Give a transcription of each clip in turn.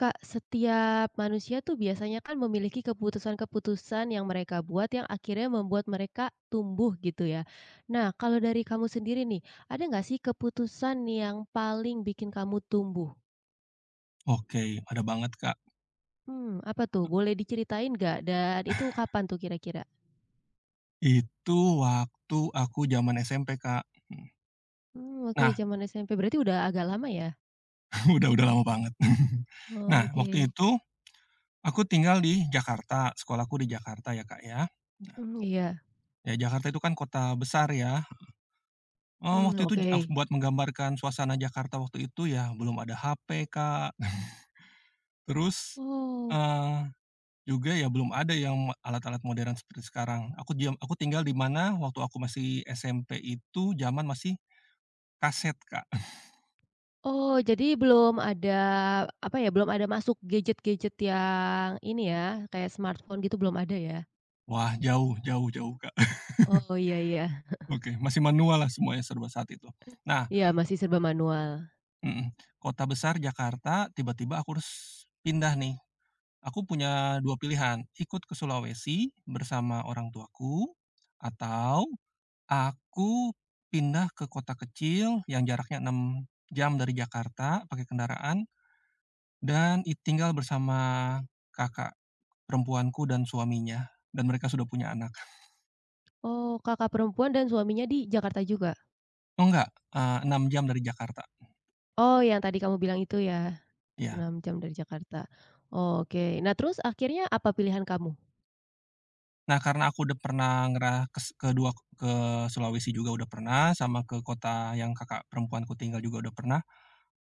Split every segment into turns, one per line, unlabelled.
Kak, setiap manusia tuh biasanya kan memiliki keputusan-keputusan yang mereka buat yang akhirnya membuat mereka tumbuh gitu ya. Nah, kalau dari kamu sendiri nih, ada nggak sih keputusan yang paling bikin kamu tumbuh?
Oke, ada banget, Kak.
Hmm, apa tuh? Boleh diceritain nggak? Dan itu kapan tuh kira-kira?
Itu waktu aku zaman SMP, Kak. Mhm.
Hmm, oke,
Nah,
zaman SMP. Berarti udah agak lama ya?
udah lama banget. Nah, waktu
Oke.
itu aku tinggal di Jakarta, sekolahku di Jakarta ya, Kak, ya. Nah,
Hmm, iya.
ya Jakarta itu kan kota besar ya. Oh,
Hmm,
waktu itu
oke.
aku buat menggambarkan suasana Jakarta waktu itu ya belum ada HP, Kak. Terus,
Oh.
eee, juga ya belum ada yang alat-alat modern seperti sekarang. Aku diam aku tinggal di mana waktu aku masih SMP itu zaman masih kaset, Kak.
Oh, jadi belum ada, apa ya, belum ada masuk gadget-gadget yang ini ya, kayak smartphone gitu belum ada ya?
Wah, jauh jauh jauh, Kak.
Oh, iya iya.
Oke, masih manual lah semuanya serba saat itu. Nah
Iya, masih serba manual.
mhm, kota besar Jakarta, tiba-tiba aku harus pindah nih. Aku punya 2 pilihan, ikut ke Sulawesi bersama orang tuaku, atau aku pindah ke kota kecil yang jaraknya 6 jam dari Jakarta pakai kendaraan dan tinggal bersama kakak perempuanku dan suaminya, dan mereka sudah punya anak.
Oh, kakak perempuan dan suaminya di Jakarta juga?
Oh, enggak, 6 jam dari Jakarta,
Oh, yang tadi kamu bilang itu ya,
ya.
6 jam dari Jakarta. Oke, nah terus akhirnya apa pilihan kamu?
Nah, karena aku udah pernah ngerah kes ke dua ke Sulawesi juga udah pernah, sama ke kota yang kakak perempuanku tinggal juga udah pernah,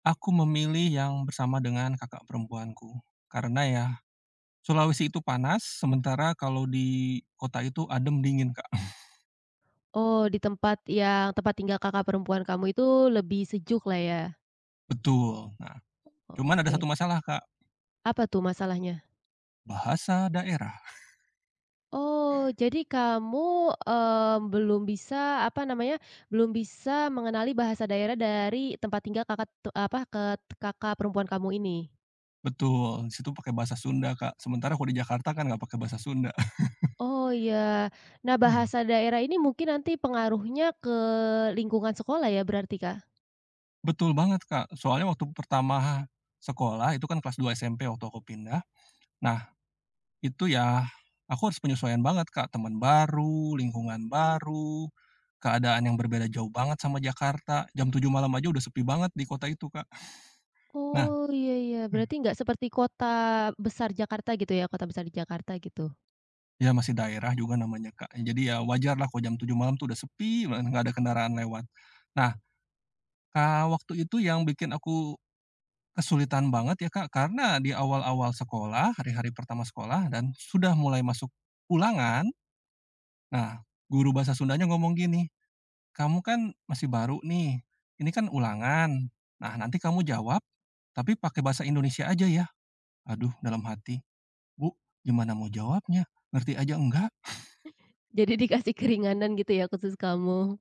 aku memilih yang bersama dengan kakak perempuanku. Karena ya, Sulawesi itu panas, sementara kalau di kota itu adem, dingin, Kak.
Oh, di tempat yang tempat tinggal kakak perempuan kamu itu lebih sejuk lah ya?
Betul. Nah, cuman ada satu
Oke,
masalah, Kak,
apa tuh masalahnya?
bahasa daerah.
Oh, jadi kamu, belum bisa, apa namanya, belum bisa mengenali bahasa daerah dari tempat tinggal Kakak tu apa, ke kakak perempuan kamu ini?
Betul, di situ pakai bahasa Sunda, Kak. Sementara kalau di Jakarta kan nggak pakai bahasa Sunda.
Oh, iya. Nah,
Mhm.
bahasa daerah ini mungkin nanti pengaruhnya ke lingkungan sekolah ya berarti, Kak?
Betul banget, Kak. Soalnya waktu pertama sekolah, itu kan kelas 2 SMP waktu aku pindah. Nah, itu ya, aku harus penyesuaian banget, Kak, teman baru, lingkungan baru, keadaan yang berbeda jauh banget sama Jakarta, jam 7 malam aja udah sepi banget di kota itu, Kak. Nah,
Oh, iya iya, berarti nggak seperti kota besar Jakarta gitu ya, kota besar di Jakarta gitu?
ya masih daerah juga namanya, Kak, jadi ya wajar lah kalau jam 7 malam tuh udah sepi banget, nggak ada kendaraan lewat. Nah, Kak waktu itu yang bikin aku kesulitan banget ya, Kak, karena di awal-awal sekolah, hari-hari pertama sekolah dan sudah mulai masuk ulangan, nah guru bahasa Sundanya ngomong gini, "Kamu kan masih baru nih, ini kan ulangan. Nah, nanti kamu jawab, tapi pakai bahasa Indonesia aja ya." Aduh, dalam hati, "Bu, gimana mau jawabnya? Ngerti aja enggak?"
Jadi dikasih keringanan gitu ya khusus kamu?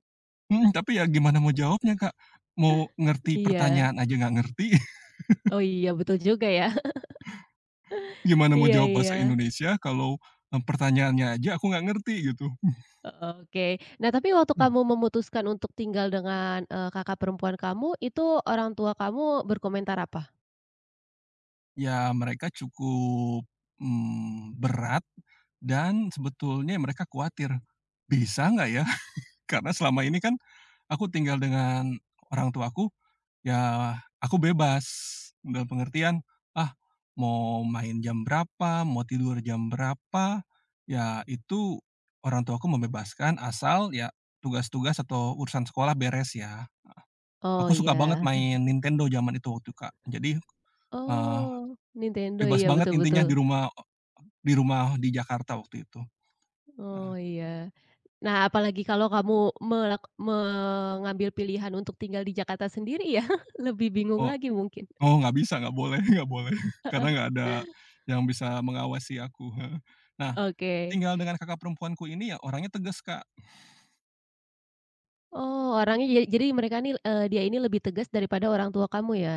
Mhm, tapi ya gimana mau jawabnya, Kak? Mau ngerti
Iya.
pertanyaan aja nggak ngerti,
Oh iya, betul juga ya.
gimana mau
Iya
jawab
iya.
bahasa Indonesia kalau, pertanyaannya aja aku nggak ngerti gitu.
Oke. Nah, tapi waktu kamu memutuskan untuk tinggal dengan, kakak perempuan kamu, itu orang tua kamu berkomentar apa?
Ya mereka cukup, berat dan sebetulnya mereka khawatir, "Bisa nggak ya?" Karena selama ini kan aku tinggal dengan orang tuaku, ya aku bebas, dalam pengertian, ah, mau main jam berapa, mau tidur jam berapa, ya itu orang tuaku membebaskan asal ya tugas-tugas atau urusan sekolah beres ya.
Oh,
Aku suka banget
iya.
main Nintendo zaman itu waktu, Kak. Jadi, eee,
Oh, Nintendo,
bebas
iya,
banget
betul
intinya
betul.
di rumah di Jakarta waktu itu.
Oh,
Nah,
iya. Nah, apalagi kalau kamu mengambil pilihan untuk tinggal di Jakarta sendiri ya, lebih bingung
oh
lagi mungkin.
oh nggak bisa, nggak boleh nggak boleh, karena nggak ada yang bisa mengawasi aku, heeh. Nah,
Oke.
tinggal dengan kakak perempuanku ini ya orangnya tegas, Kak.
Oh, orangnya jadi mereka nih, dia ini lebih tegas daripada orang tua kamu ya?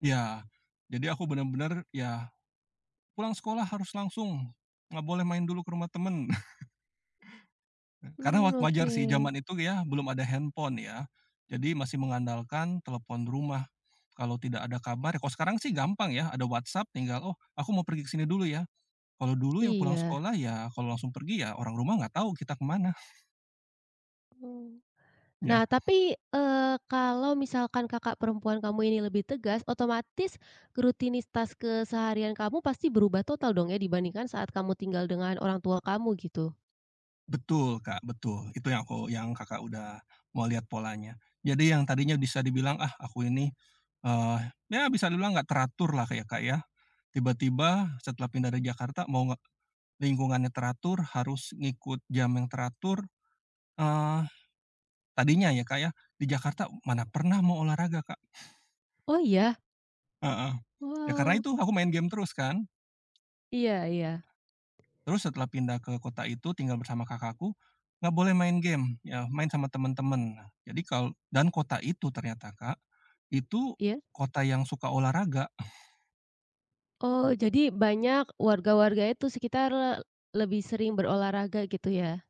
Ya, jadi aku bener-bener ya pulang sekolah harus langsung, nggak boleh main dulu ke rumah temen. Karena wa
Mmm,
wajar
oke.
sih zaman itu ya belum ada handphone ya, jadi masih mengandalkan telepon rumah. Kalau tidak ada kabar ya, kalau sekarang sih gampang ya, ada WhatsApp tinggal, "Oh, aku mau pergi ke sini dulu ya." Kalau dulu ya pulang
Iya.
sekolah ya kalau langsung pergi ya orang rumah nggak tahu kita kemana
Oh.
ya.
Nah, tapi, eee, kalau misalkan kakak perempuan kamu ini lebih tegas, otomatis rutinitas keseharian kamu pasti berubah total dong ya, dibandingkan saat kamu tinggal dengan orang tua kamu, gitu?
Betul, Kak, betul. Itu yang Kakak udah mau lihat polanya. Jadi yang tadinya bisa dibilang, ah, aku ini, eee, ya bisa dibilang nggak teratur lah kayak Kak, ya. Tiba-tiba setelah pindah dari Jakarta mau nge lingkungannya teratur, harus ngikut jam yang teratur, eee, tadinya ya, Kak, ya, di Jakarta mana pernah mau olahraga, Kak.
Oh, iya?
Heeh. Ya karena
Wow.
itu aku main game terus kan.
Iya iya.
Terus setelah pindah ke kota itu tinggal bersama kakakku, nggak boleh main game, ya main sama teman-teman. Nah, jadi kalau dan kota itu ternyata Kak, itu
Iya?
kota yang suka olahraga.
Oh, jadi banyak warga-warga itu sekitar lebih sering berolahraga, gitu ya?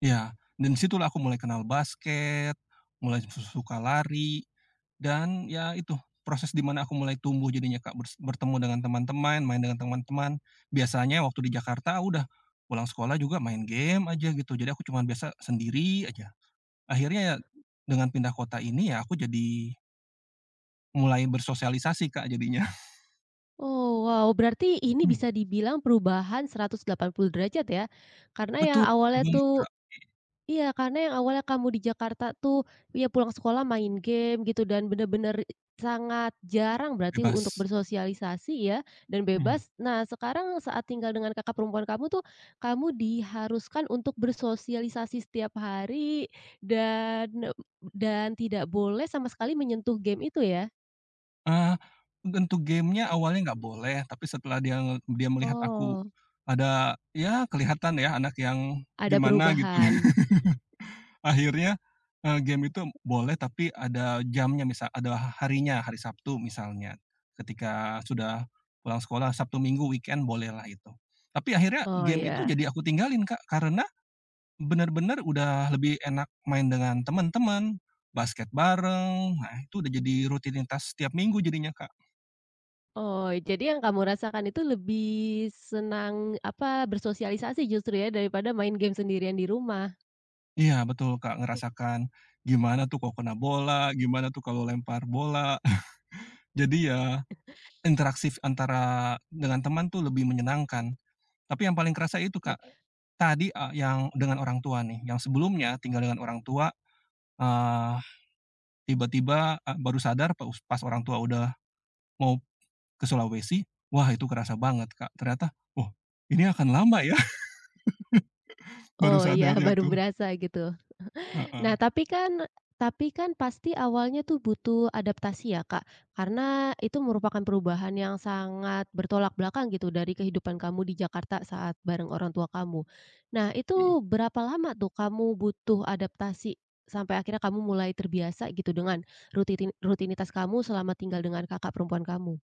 Ya, dan situlah aku mulai kenal basket, mulai suka lari, dan ya itu, proses di mana aku mulai tumbuh jadinya Kak, bertemu dengan teman-teman, main dengan teman-teman. Biasanya waktu di Jakarta udah pulang sekolah juga main game aja gitu, jadi aku cuman biasa sendiri aja. Akhirnya ya dengan pindah kota ini ya aku jadi mulai bersosialisasi, Kak, jadinya.
Oh, wow, berarti ini
Hmm.
bisa dibilang perubahan 180 derajat ya? Karena yang
Betul
awalnya
banget,
tuh
Kak,
iya, karena yang awalnya kamu di Jakarta tuh, ya pulang sekolah main game gitu dan bener-bener sangat jarang berarti untuk
bebas.
bersosialisasi ya, dan
Mmm.
bebas. Nah, sekarang saat tinggal dengan kakak perempuan kamu tuh, kamu diharuskan untuk bersosialisasi setiap hari dan tidak boleh sama sekali menyentuh game itu ya?
Eee, bentuk gamenya awalnya nggak boleh, tapi setelah dia melihat aku
Oh,
ada ya kelihatan ya anak yang
ada
gimana gitu ya,
perubahan.
akhirnya, game itu boleh tapi ada jamnya, misal ada harinya, hari Sabtu misalnya. Ketika sudah pulang sekolah, Sabtu Minggu, weekend bolehlah itu. Tapi akhirnya
Oh,
game itu
ya.
jadi aku tinggalin, Kak, karena bener-bener udah lebih enak main dengan teman-teman basket bareng, nah itu udah jadi rutinitas setiap minggu jadinya, Kak.
Oh, jadi yang kamu rasakan itu lebih senang, apa, bersosialisasi justru ya daripada main game sendirian di rumah?
Iya betul, Kak, ngerasakan gimana tuh kalau kena bola, gimana tuh kalau lempar bola. Jadi ya interaktif antara dengan teman tuh lebih menyenangkan. Tapi yang paling kerasa itu, Kak,
Ya.
tadi, yang dengan orang tua nih, yang sebelumnya tinggal dengan orang tua, eee, tiba-tiba, baru sadar pas orang tua udah mau ke Sulawesi, wah itu kerasa banget, Kak. Ternyata, "Oh, ini akan lama ya," baru
Oh, iya
sadarnya
baru
tuh.
berasa gitu.
Heeh,
Nah, tapi kan pasti awalnya tuh butuh adaptasi ya, Kak, karena itu merupakan perubahan yang sangat bertolak belakang gitu dari kehidupan kamu di Jakarta saat bareng orang tua kamu. Nah,
mhm.
itu berapa lama tuh kamu butuh adaptasi sampai akhirnya kamu mulai terbiasa gitu dengan rutinitas kamu selama tinggal dengan kakak perempuan kamu?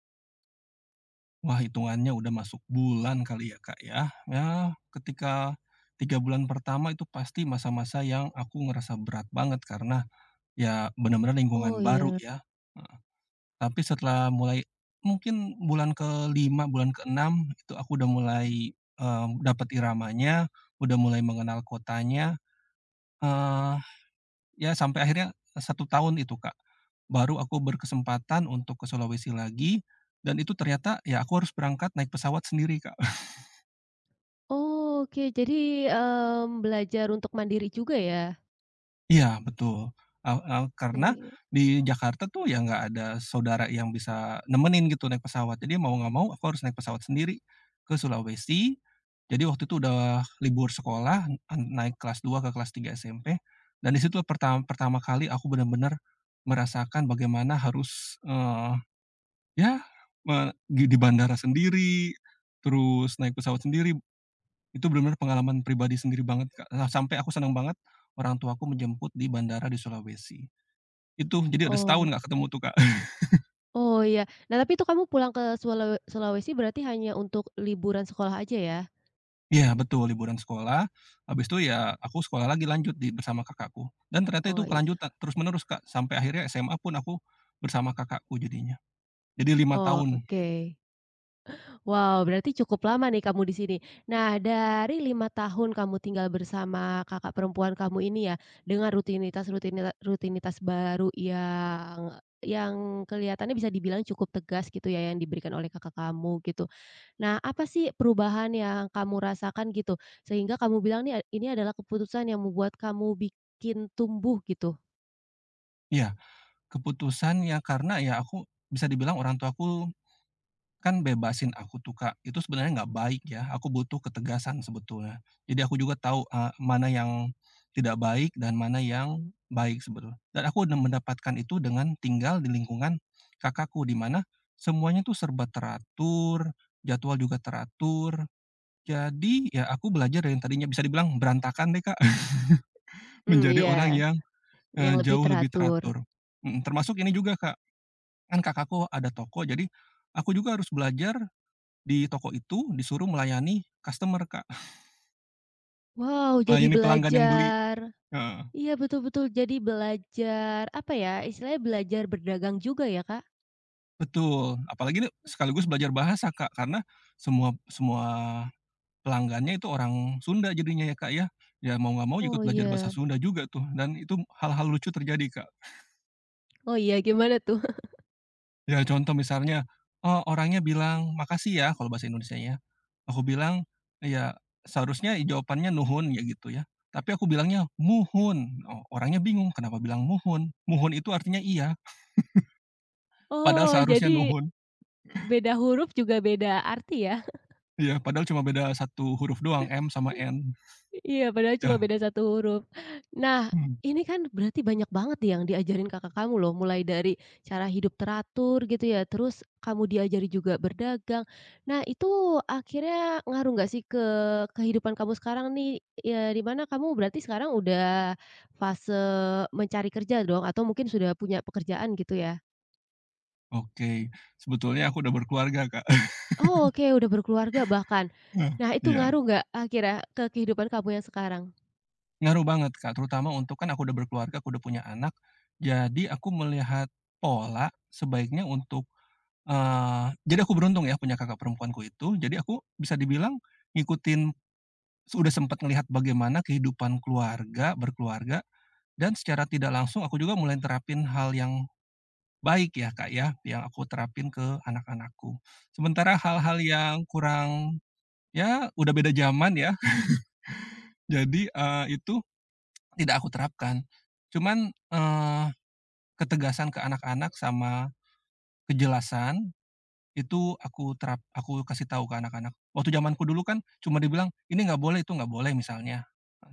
Wah, hitungannya udah masuk bulan kali ya, Kak, ya. Ya ketika 3 bulan pertama itu pasti masa-masa yang aku ngerasa berat banget karena ya benar-benar
Oh
lingkungan baru
iya.
ya, heeh. Tapi setelah mulai mungkin bulan ke-5, bulan ke-6 itu aku udah mulai, dapet iramanya, udah mulai mengenal kotanya, eee ya sampai akhirnya eh, satu tahun itu, Kak. Baru aku berkesempatan untuk ke Sulawesi lagi dan itu ternyata ya aku harus berangkat naik pesawat sendiri, Kak.
Oh, oke, jadi, belajar untuk mandiri juga ya?
Iya betul, eee eee, karena
Iya.
di Jakarta tuh ya nggak ada saudara yang bisa nemenin gitu naik pesawat. Jadi mau nggak mau aku harus naik pesawat sendiri ke Sulawesi. Jadi waktu itu udah libur sekolah, naik kelas 2 ke kelas 3 SMP dan di situ pertama kali aku bener-bener merasakan bagaimana harus, ya, me gi di bandara sendiri, terus naik pesawat sendiri, itu bener-bener pengalaman pribadi sendiri banget, Kak. Nah, sampai aku seneng banget orang tuaku menjemput di bandara di Sulawesi. Itu, jadi udah setahun
Oh.
nggak ketemu tuh, Kak.
Oh iya. Nah, tapi itu kamu pulang ke Sulawesi berarti hanya untuk liburan sekolah aja ya?
Iya, betul, liburan sekolah, habis itu ya aku sekolah lagi lanjut bersama kakakku, dan ternyata itu
Oh iya.
kelanjutan, terus menerus, Kak, sampai akhirnya SMA pun aku bersama kakakku jadinya. Jadi 5
Oh,
tahun.
oke. Wow, berarti cukup lama nih kamu di sini. Nah, dari 5 tahun kamu tinggal bersama kakak perempuan kamu ini ya, dengan rutinitas baru yang kelihatannya bisa dibilang cukup tegas gitu ya yang diberikan oleh kakak kamu gitu. Nah, apa sih perubahan yang kamu rasakan gitu, sehingga kamu bilang nih, ini adalah keputusan yang membuat kamu bikin tumbuh gitu?
Iya, keputusan ya karena ya aku bisa dibilang orang tuaku kan bebasin aku tuh, Kak, itu sebenarnya nggak baik ya, aku butuh ketegasan sebetulnya. Jadi aku juga tahu, mana yang tidak baik dan mana yang baik sebetulnya. Dan aku udah mendapatkan itu dengan tinggal di lingkungan kakakku, di mana semuanya tuh serba teratur, jadwal juga teratur. Jadi ya aku belajar dari yang tadinya bisa dibilang berantakan deh, Kak,
Mmm,
menjadi
iya,
orang yang,
yang lebih
jauh lebih
teratur.
teratur. Mhm, termasuk ini juga, Kak, kan kakakku ada toko, jadi aku juga harus belajar di toko itu disuruh melayani customer, Kak,
Wow, jadi
melayani pelanggan yang beli,
belajar.
heeh,
Iya, betul betul, jadi belajar, apa ya, istilahnya belajar berdagang juga ya, Kak?
betul, apalagi nih sekaligus belajar bahasa, Kak, karena semua semua pelanggannya itu orang Sunda jadinya ya, Kak, ya. Ya mau nggak mau ikut
Oh
belajar bahasa
iya.
Sunda juga tuh dan itu hal-hal lucu terjadi, Kak.
Oh iya, gimana tuh?
Ya contoh misalnya, orangnya bilang, "Makasih ya," kalau bahasa Indonesianya. Aku bilang, ya seharusnya jawabannya nuhun ya gitu ya, tapi aku bilangnya, "Muhun." Orangnya bingung, "Kenapa bilang muhun?" Muhun itu artinya iya. Padahal
Oh,
seharusnya
jadi
nuhun.
beda huruf juga beda arti ya?
Iya, padahal cuma beda satu huruf doang, M sama N.
Iya, padahal cuma
Ya.
beda satu huruf. Nah,
Mhm.
ini kan berarti banyak banget nih yang diajarin kakak kamu loh, mulai dari cara hidup teratur gitu ya, terus kamu diajari juga berdagang. Nah, itu akhirnya ngaruh nggak sih ke kehidupan kamu sekarang nih? Ya, di mana kamu berarti sekarang udah fase mencari kerja dong, atau mungkin sudah punya pekerjaan gitu ya?
Oke, sebetulnya aku udah berkeluarga, Kak.
Oh, oke, udah berkeluarga bahkan. Nah, itu
Iya,
ngaruh nggak akhirnya ke kehidupan kamu yang sekarang?
ngaruh banget, Kak, terutama untuk kan aku udah berkeluarga, aku udah punya anak, jadi aku melihat pola sebaiknya untuk jadi aku beruntung ya punya kakak perempuanku itu, jadi aku bisa dibilang ngikutin sudah sempat ngelihat bagaimana kehidupan berkeluarga dan secara tidak langsung aku juga mulai nerapin hal yang baik ya, Kak, ya, yang aku terapin ke anak-anakku. Sementara hal-hal yang kurang ya udah beda zaman ya, jadi, itu tidak aku terapkan. Cuman, ketegasan ke anak-anak sama kejelasan itu aku kasih tahu ke anak-anak. Waktu zamanku dulu kan cuma dibilang, "Ini nggak boleh, itu nggak boleh," misalnya,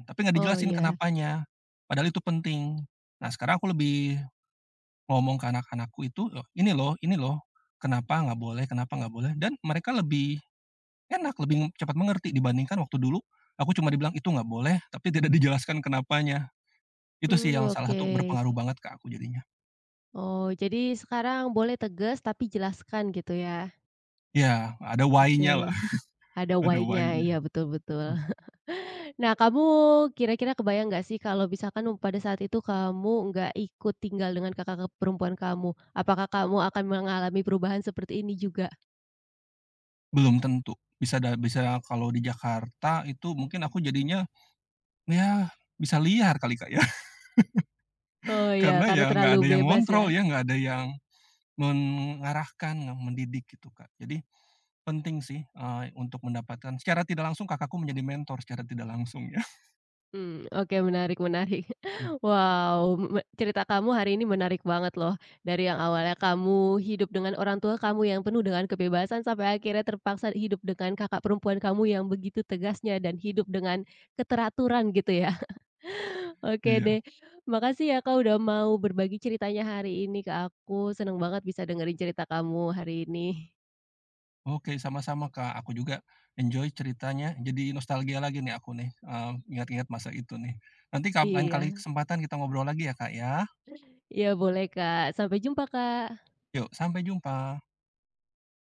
tapi nggak
Oh,
dijelasin
iya.
kenapanya, padahal itu penting. Nah, sekarang aku lebih ngomong ke anak-anakku itu, ini loh, kenapa nggak boleh," dan mereka lebih enak, lebih cepat mengerti dibandingkan waktu dulu aku cuma dibilang, "Itu nggak boleh," tapi tidak dijelaskan kenapanya. Itu sih
Mmm,
yang salah
oke.
satu berpengaruh banget ke aku jadinya.
Oh, jadi sekarang boleh tegas tapi jelaskan gitu ya?
Ya, ada why-nya lah,
Oke, ada
ada
why-nya,
why-nya.
iya betul betul.
Hmm.
Nah, kamu kira-kira kebayang nggak sih kalau misalkan pada saat itu kamu nggak ikut tinggal dengan kakak perempuan kamu, apakah kamu akan mengalami perubahan seperti ini juga?
Belum tentu, bisa kalau di Jakarta itu mungkin aku jadinya, ya bisa liar kali, Kak, ya,
Oh iya,
karena
karena
ya nggak
terlalu
ada yang
bebas ya?
ngontrol ya, nggak ada yang mengarahkan, mendidik gitu, Kak. Jadi penting sih, untuk mendapatkan secara tidak langsung kakakku menjadi mentor secara tidak langsung ya.
Mmm, oke menarik menarik.
Mmm.
Wow, cerita kamu hari ini menarik banget loh. Dari yang awalnya kamu hidup dengan orang tua kamu yang penuh dengan kebebasan, sampai akhirnya terpaksa hidup dengan kakak perempuan kamu yang begitu tegasnya dan hidup dengan keteraturan gitu ya. Oke
Iya.
deh, makasih ya Kak udah mau berbagi ceritanya hari ini ke aku, seneng banget bisa dengerin cerita kamu hari ini.
Oke, sama-sama Kak, aku juga enjoy ceritanya, jadi nostalgia lagi nih aku nih, ingat-ingat masa itu nih. Nanti lain kali
Iya,
kesempatan kita ngobrol lagi ya Kak ya.
iya boleh Kak, sampai jumpa Kak.
Yuk, sampai jumpa.